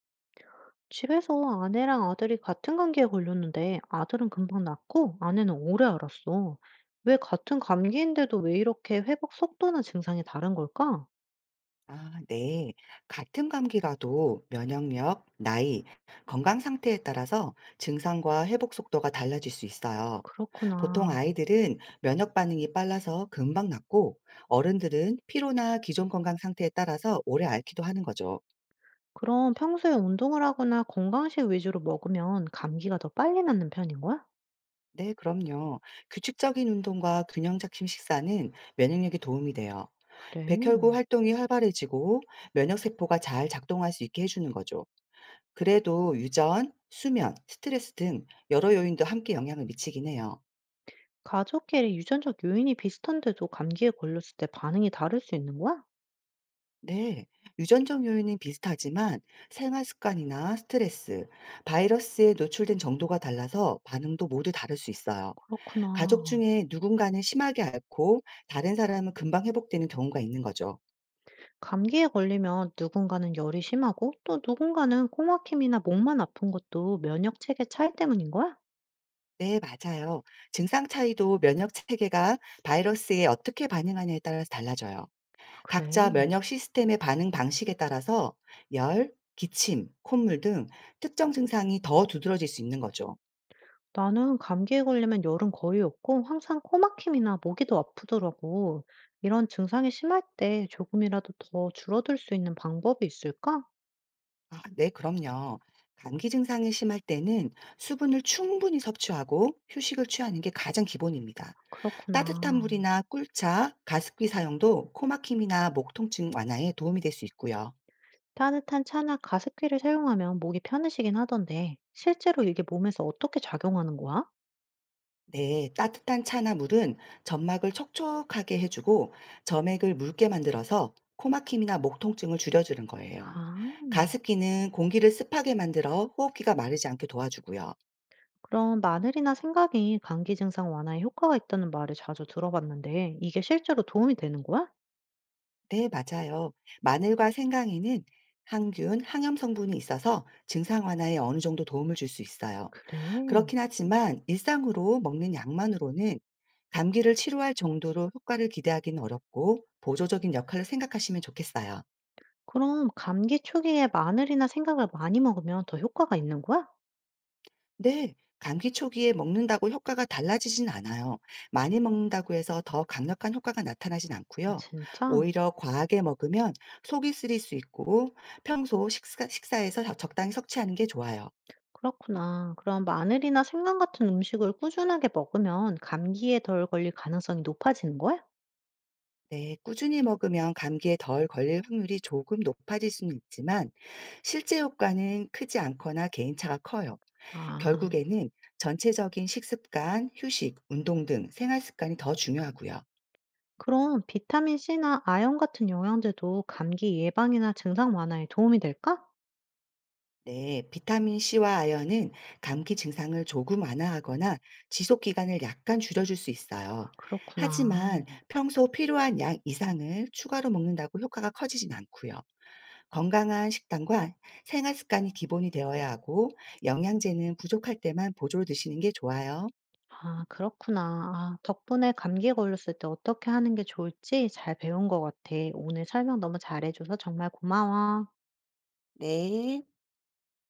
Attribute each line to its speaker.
Speaker 1: 집에서 아내랑 아들이 같은 감기에 걸렸는데 아들은 금방 낫고 아내는 오래 앓았어. 왜 같은 감기인데도 왜 이렇게 회복 속도나 증상이 다른 걸까?
Speaker 2: 아, 네. 같은 감기라도 면역력, 나이, 건강 상태에 따라서 증상과 회복 속도가 달라질 수 있어요. 보통
Speaker 1: 그렇구나.
Speaker 2: 아이들은 면역 반응이 빨라서 금방 낫고, 어른들은 피로나 기존 건강 상태에 따라서 오래 앓기도 하는 거죠.
Speaker 1: 그럼 평소에 운동을 하거나 건강식 위주로 먹으면 감기가 더 빨리 낫는 편인 거야?
Speaker 2: 네, 그럼요. 규칙적인 운동과 균형 잡힌 식사는 면역력에 도움이 돼요.
Speaker 1: 그래.
Speaker 2: 백혈구 활동이 활발해지고 면역 세포가 잘 작동할 수 있게 해주는 거죠. 그래도 유전, 수면, 스트레스 등 여러 요인도 함께 영향을 미치긴 해요.
Speaker 1: 가족끼리 유전적 요인이 비슷한데도 감기에 걸렸을 때 반응이 다를 수 있는 거야?
Speaker 2: 네. 유전적 요인은 비슷하지만 생활 습관이나 스트레스, 바이러스에 노출된 정도가 달라서 반응도 모두 다를 수 있어요. 가족
Speaker 1: 그렇구나.
Speaker 2: 중에 누군가는 심하게 앓고 다른 사람은 금방 회복되는 경우가 있는 거죠.
Speaker 1: 감기에 걸리면 누군가는 열이 심하고 또 누군가는 코막힘이나 목만 아픈 것도 면역 체계 차이 때문인 거야?
Speaker 2: 네, 맞아요. 증상 차이도 면역 체계가 바이러스에 어떻게 반응하냐에 따라서 달라져요.
Speaker 1: 아, 그래.
Speaker 2: 각자 면역 시스템의 반응 방식에 따라서 열, 기침, 콧물 등 특정 증상이 더 두드러질 수 있는 거죠.
Speaker 1: 나는 감기에 걸리면 열은 거의 없고 항상 코막힘이나 목이 더 아프더라고. 이런 증상이 심할 때 조금이라도 더 줄어들 수 있는 방법이 있을까?
Speaker 2: 아, 네, 그럼요. 감기 증상이 심할 때는 수분을 충분히 섭취하고 휴식을 취하는 게 가장 기본입니다. 따뜻한
Speaker 1: 그렇구나.
Speaker 2: 물이나 꿀차, 가습기 사용도 코막힘이나 목 통증 완화에 도움이 될 수 있고요.
Speaker 1: 따뜻한 차나 가습기를 사용하면 목이 편해지긴 하던데 실제로 이게 몸에서 어떻게 작용하는 거야?
Speaker 2: 네, 따뜻한 차나 물은 점막을 촉촉하게 해주고 점액을 묽게 만들어서 코막힘이나 목 통증을 줄여주는 거예요.
Speaker 1: 아.
Speaker 2: 가습기는 공기를 습하게 만들어 호흡기가 마르지 않게 도와주고요.
Speaker 1: 그럼 마늘이나 생강이 감기 증상 완화에 효과가 있다는 말을 자주 들어봤는데, 이게 실제로 도움이 되는 거야?
Speaker 2: 네, 맞아요. 마늘과 생강에는 항균, 항염 성분이 있어서 증상 완화에 어느 정도 도움을 줄 수 있어요.
Speaker 1: 그래.
Speaker 2: 그렇긴 하지만 일상으로 먹는 약만으로는 감기를 치료할 정도로 효과를 기대하기는 어렵고 보조적인 역할을 생각하시면 좋겠어요.
Speaker 1: 그럼 감기 초기에 마늘이나 생강을 많이 먹으면 더 효과가 있는 거야?
Speaker 2: 네, 감기 초기에 먹는다고 효과가 달라지진 않아요. 많이 먹는다고 해서 더 강력한 효과가 나타나진
Speaker 1: 아,
Speaker 2: 않고요.
Speaker 1: 진짜?
Speaker 2: 오히려 과하게 먹으면 속이 쓰릴 수 있고 평소 식사에서 적당히 섭취하는 게 좋아요.
Speaker 1: 그렇구나. 그럼 마늘이나 생강 같은 음식을 꾸준하게 먹으면 감기에 덜 걸릴 가능성이 높아지는 거야?
Speaker 2: 네, 꾸준히 먹으면 감기에 덜 걸릴 확률이 조금 높아질 수는 있지만 실제 효과는 크지 않거나 개인차가 커요.
Speaker 1: 아,
Speaker 2: 결국에는 전체적인 식습관, 휴식, 운동 등 생활 습관이 더 중요하고요.
Speaker 1: 그럼 비타민C나 아연 같은 영양제도 감기 예방이나 증상 완화에 도움이 될까?
Speaker 2: 네, 비타민 C와 아연은 감기 증상을 조금 완화하거나 지속 기간을 약간 줄여줄 수 있어요.
Speaker 1: 그렇구나.
Speaker 2: 하지만 평소 필요한 양 이상을 추가로 먹는다고 효과가 커지진 않고요. 건강한 식단과 생활 습관이 기본이 되어야 하고 영양제는 부족할 때만 보조를 드시는 게 좋아요.
Speaker 1: 아 그렇구나. 아 덕분에 감기 걸렸을 때 어떻게 하는 게 좋을지 잘 배운 것 같아. 오늘 설명 너무 잘해 줘서 정말 고마워.
Speaker 2: 네.